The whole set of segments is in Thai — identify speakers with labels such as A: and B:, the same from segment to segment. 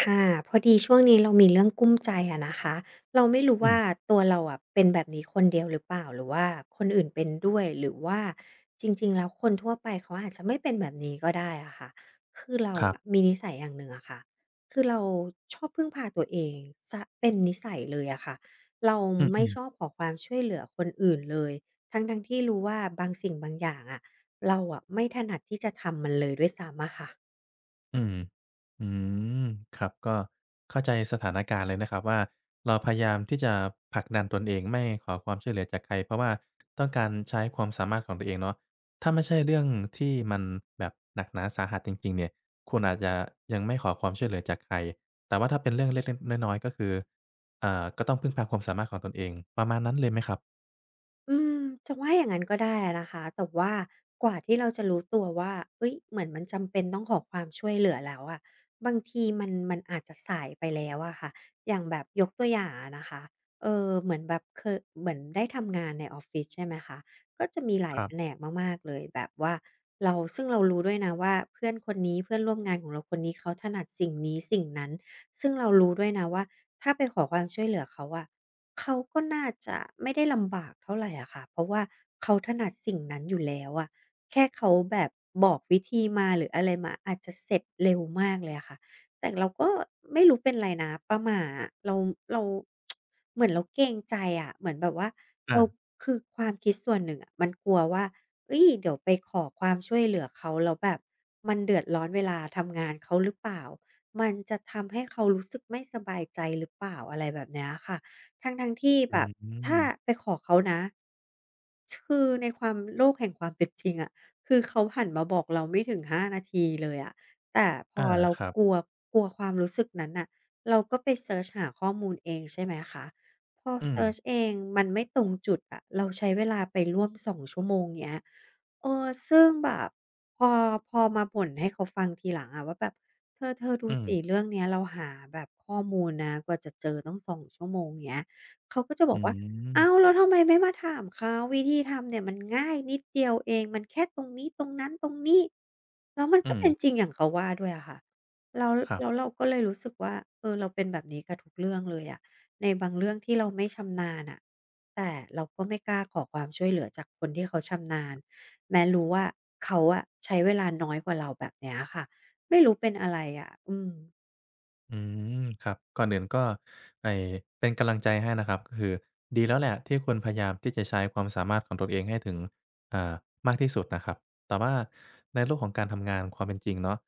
A: ค่ะพอดีช่วงนี้เรามีเรื่องกุ้มใจอะนะคะเราไม่รู้
B: อื
A: ว่า
B: ม
A: ตัวเราอะเป็นแบบนี้คนเดียวหรือเปล่าหรือว่าคนอื่นเป็นด้วยหรือว่าจริงๆแล้วคนทั่วไปเขาอาจจะไม่เป็นแบบนี้ก็ได้อะค่ะคือเรา
B: ครั
A: อะ
B: บ
A: มีนิสัยอย่างหนึ่งอะค่ะคือเราชอบพึ่งพาตัวเองเสียเป็นนิสัยเลยอะค่ะเรา
B: อื
A: ไม่
B: ม
A: ชอบขอความช่วยเหลือคนอื่นเลยทั้งๆที่รู้ว่าบางสิ่งบางอย่างอะเราอะไม่ถนัดที่จะทำมันเลยด้วยซ้ำอะค่ะ
B: ๆอืมอืมครับก็เข้าใจสถานการณ์เลยนะครับว่าเราพยายามที่จะผลักดันตนเองไม่ขอความช่วยเหลือจากใครเพราะว่าต้องการใช้ความสามารถของตัวเองเนาะถ้าไม่ใช่เรื่องที่มันแบบหนักหนาสาหัสจริงๆเนี่ยคุณอาจจะยังไม่ขอความช่วยเหลือจากใครแต่ว่าถ้าเป็นเรื่องเล็กๆน้อยๆก็คือก็ต้องพึ่งพาความสามารถของตนเองประมาณนั้นเลยไหมครับ
A: อืมจะว่าอย่างนั้นก็ได้อะนะคะแต่ว่ากว่าที่เราจะรู้ตัวว่าเอ้ยเหมือนมันจำเป็นต้องขอความช่วยเหลือแล้วอะบางทีมันอาจจะสายไปแล้วอะค่ะอย่างแบบยกตัวอย่างอะนะคะเหมือนแบบเคยเหมือนได้ทำงานในออฟฟิศใช่ไหมคะก็จะมีหลา
B: ค
A: ย
B: รั
A: แผน
B: บ
A: กมากๆเลยแบบว่าเราซึ่งเรารู้ด้วยนะว่าเพื่อนคนนี้เพื่อนร่วมงานของเราคนนี้เขาถนัดสิ่งนี้สิ่งนั้นซึ่งเรารู้ด้วยนะว่าถ้าไปขอความช่วยเหลือเขาอะ เขาก็น่าจะไม่ได้ลำบากเท่าไรอะค่ะเพราะว่าเขาถนัดสิ่งนั้นอยู่แล้วอะแค่เขาแบบบอกวิธีมาหรืออะไรมาอาจจะเสร็จเร็วมากเลยอะค่ะแต่เราก็ไม่รู้เป็นไรนะป้าหม่าอะเราเหมือนเราเกรงใจอะเหมือนแบบว่า
B: อา
A: เราคือความคิดส่วนหนึ่งอะมันกลัวว่าเฮ้ยเดี๋ยวไปขอความช่วยเหลือเขาแล้วแบบมันเดือดร้อนเวลาทำงานเขาหรือเปล่ามันจะทำให้เขารู้สึกไม่สบายใจหรือเปล่าอะไรแบบเนี้ยค่ะ ทั้งที่
B: อื
A: แบบถ้าไป
B: ม
A: ขอเขานะคือในความโลกแห่งความเป็นจริงอะคือเขาหันมาบอกเราไม่ถึง5นาทีเลยอะแต่พ
B: อา
A: อเรา
B: ครั
A: กลั
B: บ
A: วกลัวความรู้สึกนั้นน่ะเราก็ไปเซิร์ชหาข้อมูลเองใช่ไหมคะพอ
B: อืม
A: เซิร์
B: ๆ
A: ชเองมันไม่ตรงจุดอะเราใช้เวลาไปร่วม2ชั่วโมงเงี้ยเออซึ่งแบบพอพอมาบ่นให้เขาฟังทีหลังอะว่าแบบเธอๆดู
B: อื
A: สิเรื่องเนี้ยเราหาแบบข้อมูลนะกว่าจะเจอต้อง2ชั่วโมงเงี้ย เขาก็จะบอกว่าอ้า
B: ม
A: วแล้วทำไมไม่มาถามเขาวิธีทำเนี่ยมันง่ายนิดเดียวเองมันแค่ตรงนี้ตรงนั้นตรงนี้แล้วมัน
B: อื
A: ก็เป็น
B: ม
A: จริงอย่างเขาว่าด้วยอะค่ะแล้ว
B: ครับ
A: แล้วเราก็เลยรู้สึกว่าเออเราเป็นแบบนี้กับทุกเรื่องเลยอะในบางเรื่องที่เราไม่ชำนาญน่ะแต่เราก็ไม่กล้าขอความช่วยเหลือจากคนที่เขาชำนาญแม้รู้ว่าเขาอะใช้เวลาน้อยกว่าเราแบบเนี้ยค่ะไม่รู้เป็นอะไรอะอืม
B: อืมครับ ก่อนอื่นก็ไอ้เป็นกำลังใจให้นะครับก็คือดีแล้วแหละที่คุณพยายามที่จะใช้ความสามารถของตนเองให้ถึงอ่ามากที่สุดนะครับ แต่ว่าในโลกของการทำงานความเป็นจริงเนาะ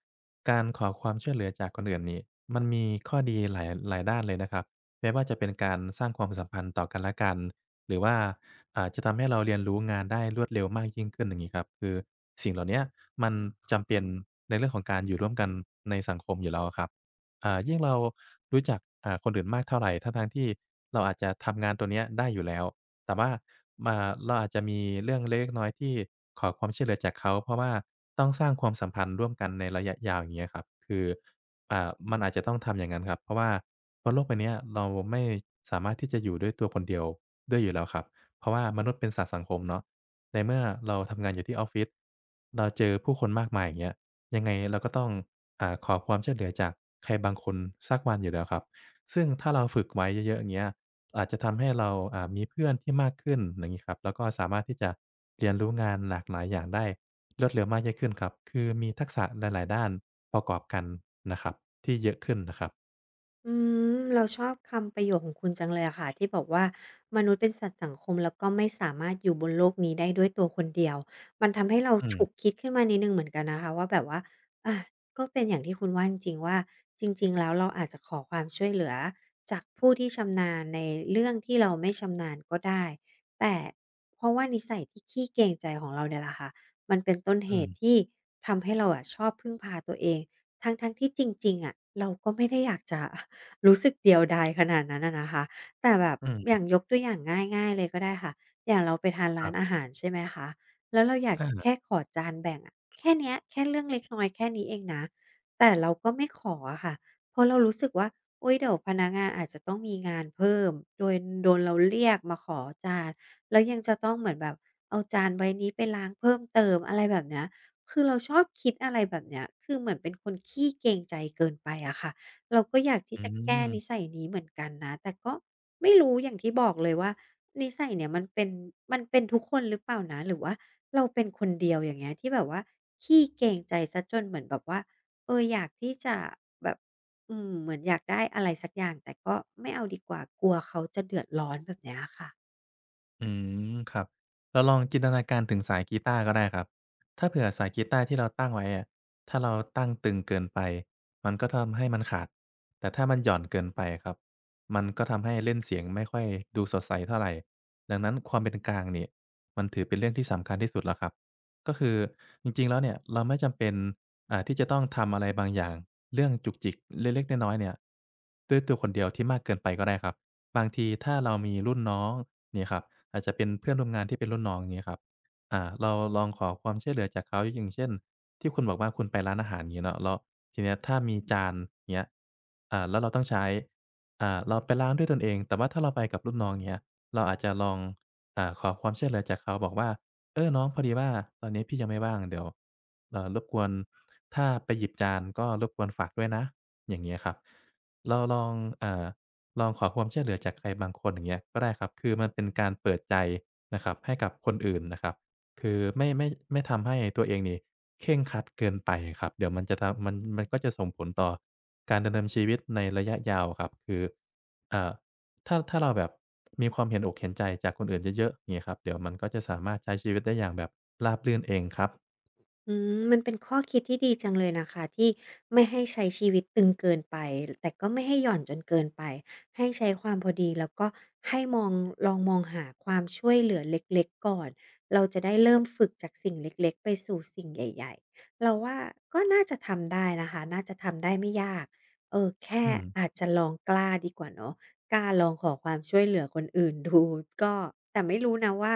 B: การขอความช่วยเหลือจากคนอื่นนี่มันมีข้อดีหลายด้านเลยนะครับไม่ว่าจะเป็นการสร้างความสัมพันธ์ต่อกันและกันหรือว่าจะทำให้เราเรียนรู้งานได้รวดเร็วมากยิ่งขึ้นอย่างงี้ครับคือสิ่งเหล่าเนี้ยมันจำเป็นในเรื่องของการอยู่ร่วมกันในสังคมอยู่แล้วอะครับ อ่ายิ่งเรารู้จักคนอื่นมากเท่าไรทั้งๆที่เราอาจจะทำงานตัวเนี้ยได้อยู่แล้วแต่ว่ามาเราอาจจะมีเรื่องเล็กๆน้อยๆที่ขอความช่วยเหลือจากเขา เพราะว่าต้องสร้างความสัมพันธ์ร่วมกันในระยะยาวอย่างเงี้ยครับ คือมันอาจจะต้องทำอย่างงั้นครับ เพราะว่าบนโลกใบเนี้ยเราไม่สามารถที่จะอยู่ด้วยตัวคนเดียวได้อยู่แล้วครับเพราะว่ามนุษย์เป็นสัตว์สังคมเนาะในเมื่อเราทำงานอยู่ที่ออฟฟิศเราเจอผู้คนมากมายอย่างเงี้ย ยังไงเราก็ต้องขอความช่วยเหลือจากใครบางคนสักวันอยู่แล้วครับซึ่งถ้าเราฝึกไว้เยอะๆอย่างเงี้ยอาจจะทำให้เรามีเพื่อนที่มากขึ้นอย่างงี้ครับแล้วก็สามารถที่จะเรียนรู้งานหลากหลายอย่างได้รวดเร็วมากยิ่งขึ้นครับคือมีทักษะหลายๆด้านประกอบกันนะครับที่เยอะขึ้นนะครับ
A: อืมเราชอบคำประโยคของคุณจังเลยอะค่ะที่บอกว่ามนุษย์เป็นสัตว์สังคมแล้วก็ไม่สามารถอยู่บนโลกนี้ได้ด้วยตัวคนเดียวมันทำให้เราฉุก
B: อื
A: คิดขึ้นมานิดหนึ่งเหมือนกันนะคะว่าแบบว่าอาก็เป็นอย่างที่คุณว่าจริงๆว่าจริงๆแล้วเราอาจจะขอความช่วยเหลือจากผู้ที่ชำนาญในเรื่องที่เราไม่ชำนาญก็ได้แต่เพราะว่านิสัยที่ขี้เกรงใจของเราเนี่ยแหละค่ะมันเป็นต้นเหตุ
B: ม
A: ที่ทำให้เราอะชอบพึ่งพาตัวเองทั้งๆที่จริงๆอะเราก็ไม่ได้อยากจะ รู้สึกเดียวดายขนาดนั้นอะนะคะแต่แบบอ
B: ๆ
A: ย่างยกตัวอย่างง่ายๆเลยก็ได้ค่ะอย่างเราไปทาน
B: ๆค
A: ร้า
B: รั
A: น
B: บ
A: อาหารใช่ไหมคะแล้วเราอยากจะแค่
B: อา
A: ขอจานแบ่งอะแค่เนี้ยแค่เรื่องเล็กน้อยแค่นี้เองนะแต่เราก็ไม่ขออะค่ะเพราะเรารู้สึกว่าอุ๊ยเดี๋ยวพนักงานอาจจะต้องมีงานเพิ่มโดยโดนเราเรียกมาขอจานแล้วยังจะต้องเหมือนแบบเอาจานใบนี้ไปล้างเพิ่มเติมอะไรแบบเนี้ยคือเราชอบคิดอะไรแบบเนี้ยคือเหมือนเป็นคนขี้เกรงใจเกินไปอะค่ะ เราก็อยากที่
B: อื
A: จะแก้นิ
B: ม
A: สัยนี้เหมือนกันนะแต่ก็ไม่รู้อย่างที่บอกเลยว่านิสัยเนี่ยมันเป็นทุกคนหรือเปล่านะหรือว่าเราเป็นคนเดียวอย่างเงี้ยที่แบบว่าขี้เกรงใจเสียจนเหมือนแบบว่าเอออยากที่จะแบบอืมเหมือนอยากได้อะไรสักอย่างแต่ก็ไม่เอาดีกว่ากลัวเขาจะเดือดร้อนแบบเนี้ยค่ะ
B: อืมครับเราลองจินตนาการถึงสายกีตาร์ก็ได้ครับถ้าเผื่อสายกีตาร์ที่เราตั้งไว้อะถ้าเราตั้งตึงเกินไปมันก็ทำให้มันขาดแต่ถ้ามันหย่อนเกินไปครับมันก็ทำให้เล่นเสียงไม่ค่อยดูสดใสเท่าไรดังนั้นความเป็นกลางเนี่ยมันถือเป็นเรื่องที่สำคัญที่สุดแล้วครับก็คือจริงๆแล้วเนี่ยเราไม่จำเป็นที่จะต้องทำอะไรบางอย่างเรื่องจุกจิกเล็กๆน้อยๆเนี่ยด้วยตัวคนเดียวที่มากเกินไปก็ได้ครับ บางทีถ้าเรามีรุ่นน้องเนี่ยครับอาจจะเป็นเพื่อนร่วมงานที่เป็นรุ่นน้องอย่างเงี้ยครับเราลองขอความช่วยเหลือจากเขาอย่างเช่นที่คุณบอกว่าคุณไปร้านอาหารอย่างงี้เนาะแล้วทีเนี้ยถ้ามีจานเงี้ยแล้วเราต้องใช้เราไปล้างด้วยตนเองแต่ว่าถ้าเราไปกับรุ่นน้องเงี้ยเราอาจจะลองขอความช่วยเหลือจากเขาบอกว่าเออน้องพอดีว่าตอนนี้พี่ยังไม่ว่างเดี๋ยวรบกวนถ้าไปหยิบจานก็รบกวนฝากด้วยนะอย่างเงี้ยครับเราอ่า ลองขอความช่วยเหลือจากใครบางคนอย่างเงี้ยก็ได้ครับคือมันเป็นการเปิดใจนะครับให้กับคนอื่นนะครับ คือไม่ทำให้ตัวเองนี่เคร่งครัดเกินไปครับเดี๋ยวมันก็จะส่งผลต่อการดำเนินชีวิตในระยะยาวครับคือเอ่อถ้าเราแบบมีความเห็นอกเห็นใจจากคนอื่นเยอะๆอย่างเงี้ยครับเดี๋ยวมันก็จะสามารถใช้ชีวิตได้อย่างแบบราบรื่นเองครับ
A: อืมมันเป็นข้อคิดที่ดีจังเลยนะคะที่ไม่ให้ใช้ชีวิตตึงเกินไปแต่ก็ไม่ให้หย่อนจนเกินไปให้ใช้ความพอดีแล้วก็ให้มองลองมองหาความช่วยเหลือเล็กๆก่อนเราจะได้เริ่มฝึกจากสิ่งเล็กๆไปสู่สิ่งใหญ่ๆเราว่าก็น่าจะทำได้นะคะน่าจะทำได้ไม่ยากเออแค่
B: อืม
A: อาจจะลองกล้าดีกว่าเนาะกล้าลองขอความช่วยเหลือคนอื่นดูก็แต่ไม่รู้นะว่า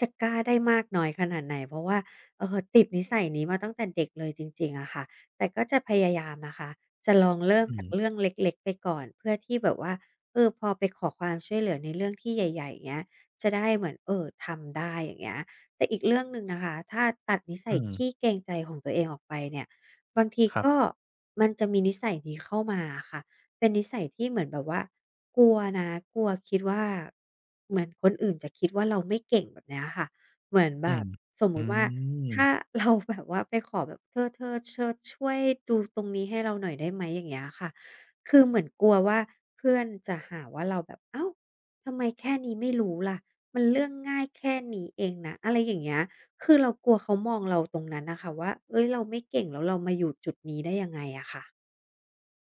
A: จะกล้าได้มากน้อยขนาดไหนเพราะว่า เออติดนิสัยนี้มาตั้งแต่เด็กเลยจริงๆอะค่ะแต่ก็จะพยายามนะคะจะลองเริ่ม
B: อื
A: จาก
B: ม
A: เรื่องเล็กๆไปก่อนเพื่อที่แบบว่า เออพอไปขอความช่วยเหลือในเรื่องที่ใหญ่ๆเงี้ย จะได้เหมือนเออทำได้อย่างเงี้ยแต่อีกเรื่องหนึ่งนะคะ ถ้าตัดนิสั
B: อื
A: ยขี้
B: ม
A: เกรงใจของตัวเองออกไปเนี่ยบางที
B: ครั
A: ก็
B: บ
A: มันจะมีนิสัยนี้เข้ามาอะค่ะเป็นนิสัยที่เหมือนแบบว่ากลัวนะกลัวคิดว่าเหมือนคนอื่นจะคิดว่าเราไม่เก่งแบบเนี้ยค่ะ เหมือนแบ
B: อื
A: บ
B: ม
A: สม
B: อื
A: มุติว่า
B: ม
A: ถ้า เราแบบว่าไปขอแบบเธอช่วยดูตรงนี้ให้เราหน่อยได้ไหมอย่างเงี้ยค่ะคือเหมือนกลัวว่าเพื่อนจะหาว่าเราแบบเอ้าทำไมแค่นี้ไม่รู้ล่ะมันเรื่องง่ายแค่นี้เองนะอะไรอย่างเงี้ยคือเรากลัวเขามองเราตรงนั้นนะคะว่าเอ้ยเราไม่เก่งแล้วเรามาอยู่จุดนี้ได้ยังไงอะค่ะ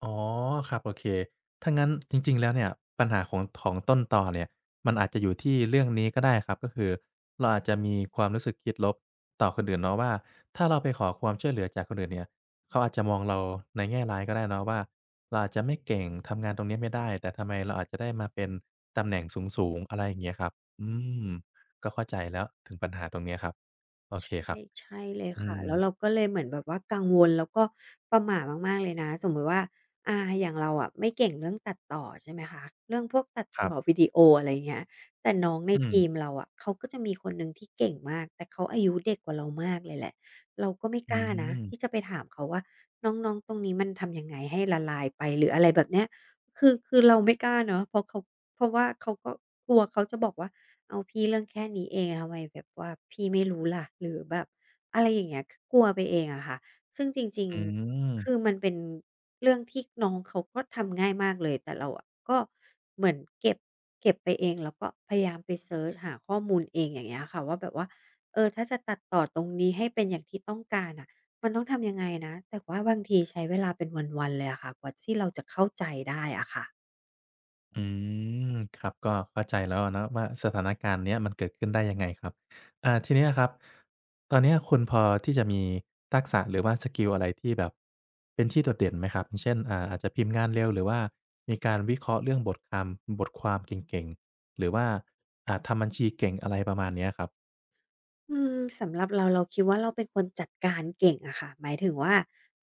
B: อ๋อครับโอเคถ้างั้นจริงๆแล้วเนี่ยปัญหาของต้นตอเนี่ยมันอาจจะอยู่ที่เรื่องนี้ก็ได้ครับก็คือเราอาจจะมีความรู้สึกคิดลบต่อคนอื่นเนาะว่าถ้าเราไปขอความช่วยเหลือจากคนอื่นเนี่ยเขาอาจจะมองเราในแง่ร้ายก็ได้เนาะว่าเราอาจจะไม่เก่งทำงานตรงนี้ไม่ได้แต่ทำไมเราอาจจะได้มาเป็นตำแหน่งสูงๆอะไรอย่างเงี้ยครับอืมก็เข้าใจแล้วถึงปัญหาตรงเนี้ยครับโอเค
A: ใช่
B: ครับ
A: ใช่เลย
B: อื
A: ค่ะ
B: ม
A: แล้วเราก็เลยเหมือนแบบว่ากังวลแล้วก็ประหม่ามากๆเลยนะสมมุติว่าอย่างเราอะไม่เก่งเรื่องตัดต่อใช่ไหมคะเรื่องพวกตัด
B: ครั
A: ต่อวิ
B: บ
A: ดีโออะไรอย่างเงี้ยแต่น้องใน
B: อืม
A: ทีมเราอะเขาก็จะมีคนหนึ่งที่เก่งมากแต่เขาอายุเด็กกว่าเรามากเลยแหละเราก็ไม่
B: อื
A: กล้านะที่จะ
B: ม
A: ไปถามเขาว่าน้องๆตรงนี้มันทำยังไงให้ละลายไปหรืออะไรแบบเนี้ยคือเราไม่กล้าเนาะเพราะเขาเพราะว่าเขาก็กลัวเขาจะบอกว่า เอาพี่เรื่องแค่นี้เองทำไมแบบว่าพี่ไม่รู้ล่ะหรือแบบอะไรอย่างเงี้ยคือกลัวไปเองอะค่ะซึ่งจริง
B: อืม
A: ๆคือมันเป็นเรื่องที่น้องเขาก็ทำง่ายมากเลยแต่เราอะก็เหมือนเก็บไปเองแล้วก็พยายามไปเซิร์ชหาข้อมูลเองอย่างเงี้ยค่ะว่าแบบว่าเออถ้าจะตัดต่อตรงนี้ให้เป็นอย่างที่ต้องการน่ะมันต้องทำยังไงนะแต่ว่าบางทีใช้เวลาเป็นวันๆเลยอะค่ะกว่าที่เราจะเข้าใจได้อะค่ะ
B: อืมครับก็เข้าใจแล้วอะเนาะว่าสถานการณ์เนี้ยมันเกิดขึ้นได้ยังไงครับทีเนี้ยครับตอนเนี้ยคุณพอที่จะมีทักษะหรือว่าสกิลอะไรที่แบบเป็นที่โดดเด่นไหมครับอย่างเช่นอาจจะพิมพ์งานเร็วหรือว่ามีการวิเคราะห์เรื่องบทคำบทความเก่งๆหรือว่าทำบัญชีเก่งอะไรประมาณเนี้ยครับ
A: อืมสำหรับเราเราคิดว่าเราเป็นคนจัดการเก่งอะค่ะหมายถึงว่า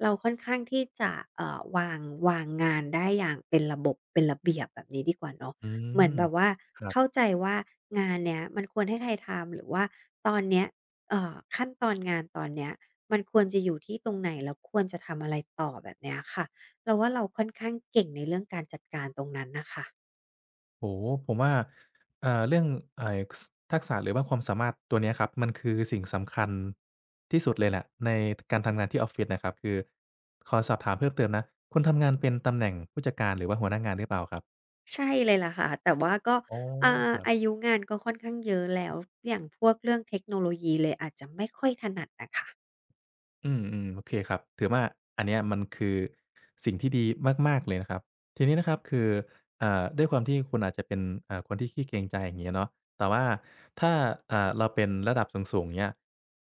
A: เราค่อนข้างที่จะวางงานได้อย่างเป็นระบบเป็นระเบียบแบบนี้ดีกว่าเนาะ
B: อื
A: เหมือน
B: ม
A: แบบว่า
B: ครั
A: เข้า
B: บ
A: ใจว่างานเนี้ยมันควรให้ใครทำหรือว่าตอนเนี้ยขั้นตอนงานตอนเนี้ยมันควรจะอยู่ที่ตรงไหนแล้วควรจะทำอะไรต่อแบบเนี้ยค่ะเราว่าเราค่อนข้างเก่งในเรื่องการจัดการตรงนั้นน่ะค่ะ
B: โอ้โฮผมว่าเรื่องไอ้สทักษะหรือว่าความสามารถตัวเนี้ยครับมันคือสิ่งสำคัญที่สุดเลยแหละในการทำงานที่ออฟฟิศนะครับคือขอสอบถามเพิ่มเติมนะคุณทำงานเป็นตำแหน่งผู้จัดการหรือว่าหัวหน้างานหรือเปล่าครับ
A: ใช่เลยล่ะค่ะแต่ว่าก็
B: อ๋อ
A: อ่า
B: ครับ
A: อายุงานก็ค่อนข้างเยอะแล้วอย่างพวกเรื่องเทคโนโลยีเลยอาจจะไม่ค่อยถนัดอะค่ะ
B: อืมอืมโอเคครับถือว่าอันเนี้ยมันคือสิ่งที่ดีมากๆเลยนะครับทีนี้นะครับคือด้วยความที่คุณอาจจะเป็นคนที่ขี้เกรงใจอย่างเงี้ยเนาะแต่ว่าถ้าเราเป็นระดับสูงๆเงี้ย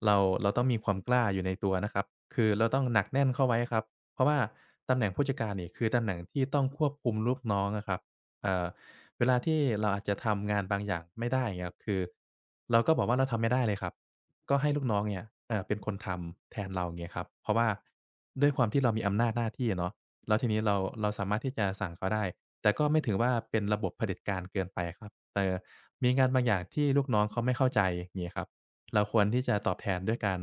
B: เราเราต้องมีความกล้าอยู่ในตัวนะครับคือเราต้องหนักแน่นเข้าไว้ครับเพราะว่าตำแหน่งผู้จัดการนี่คือตำแหน่งที่ต้องควบคุมลูกน้องอะครับเอ่อเวลาที่เราอาจจะทำงานบางอย่างไม่ได้อย่างเงี้ยคือเราก็บอกว่าเราทำไม่ได้เลยครับ ก็ให้ลูกน้องเนี่ยเป็นคนทำแทนเราอย่างเงี้ยครับเพราะว่าด้วยความที่เรามีอำนาจหน้าที่อะเนาะแล้วทีนี้เราสามารถที่จะสั่งเขาได้แต่ก็ไม่ถึงว่าเป็นระบบเผด็จการเกินไปอะครับแต่มีงานบางอย่างที่ลูกน้องเขาไม่เข้าใจอย่างงี้ครับเราควรที่จะตอบแทนด้วยการ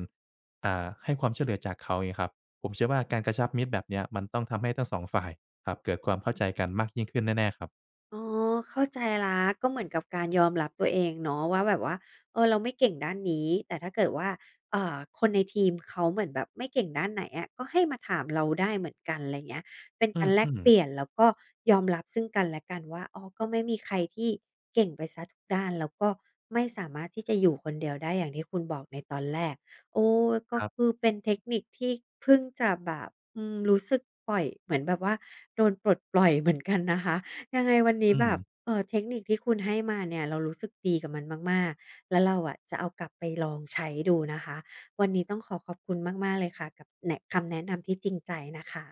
B: ให้ความช่วยเหลือจากเขาอย่างงี้ครับผมเชื่อว่าการกระชับมิตรแบบเนี้ยมันต้องทำให้ทั้งสองฝ่ายครับเกิดความเข้าใจกันมากยิ่งขึ้นแน่ๆครับ
A: อ๋อเข้าใจละก็เหมือนกับการยอมรับตัวเองเนาะว่าแบบว่าเออเราไม่เก่งด้านนี้แต่ถ้าเกิดว่าคนในทีมเขาเหมือนแบบไม่เก่งด้านไหนอะก็ให้มาถามเราได้เหมือนกันอะไรเงี้ยเป็นการแลก
B: อืม
A: เปลี่ยน
B: ๆ
A: แล้วก็ยอมรับซึ่งกันและกันว่าอ๋อก็ไม่มีใครที่เก่งไปเสียทุกด้านแล้วก็ไม่สามารถที่จะอยู่คนเดียวได้อย่างที่คุณบอกในตอนแรกโอ้ก็
B: ครั
A: คื
B: บ
A: อเป็นเทคนิคที่เพิ่งจะแบบอืมรู้สึกปล่อยเหมือนแบบว่าโดนปลดปล่อยเหมือนกันนะคะ ยังไงวันนี้
B: อื
A: แบ
B: ม
A: บเออเทคนิคที่คุณให้มาเนี่ยเรารู้สึกดีกับมันมากๆแล้วเราอะจะเอากลับไปลองใช้ดูนะคะวันนี้ต้องขอขอบคุณมากๆเลยค่ะกับแนะคำแนะนำที่จริงใจนะคะ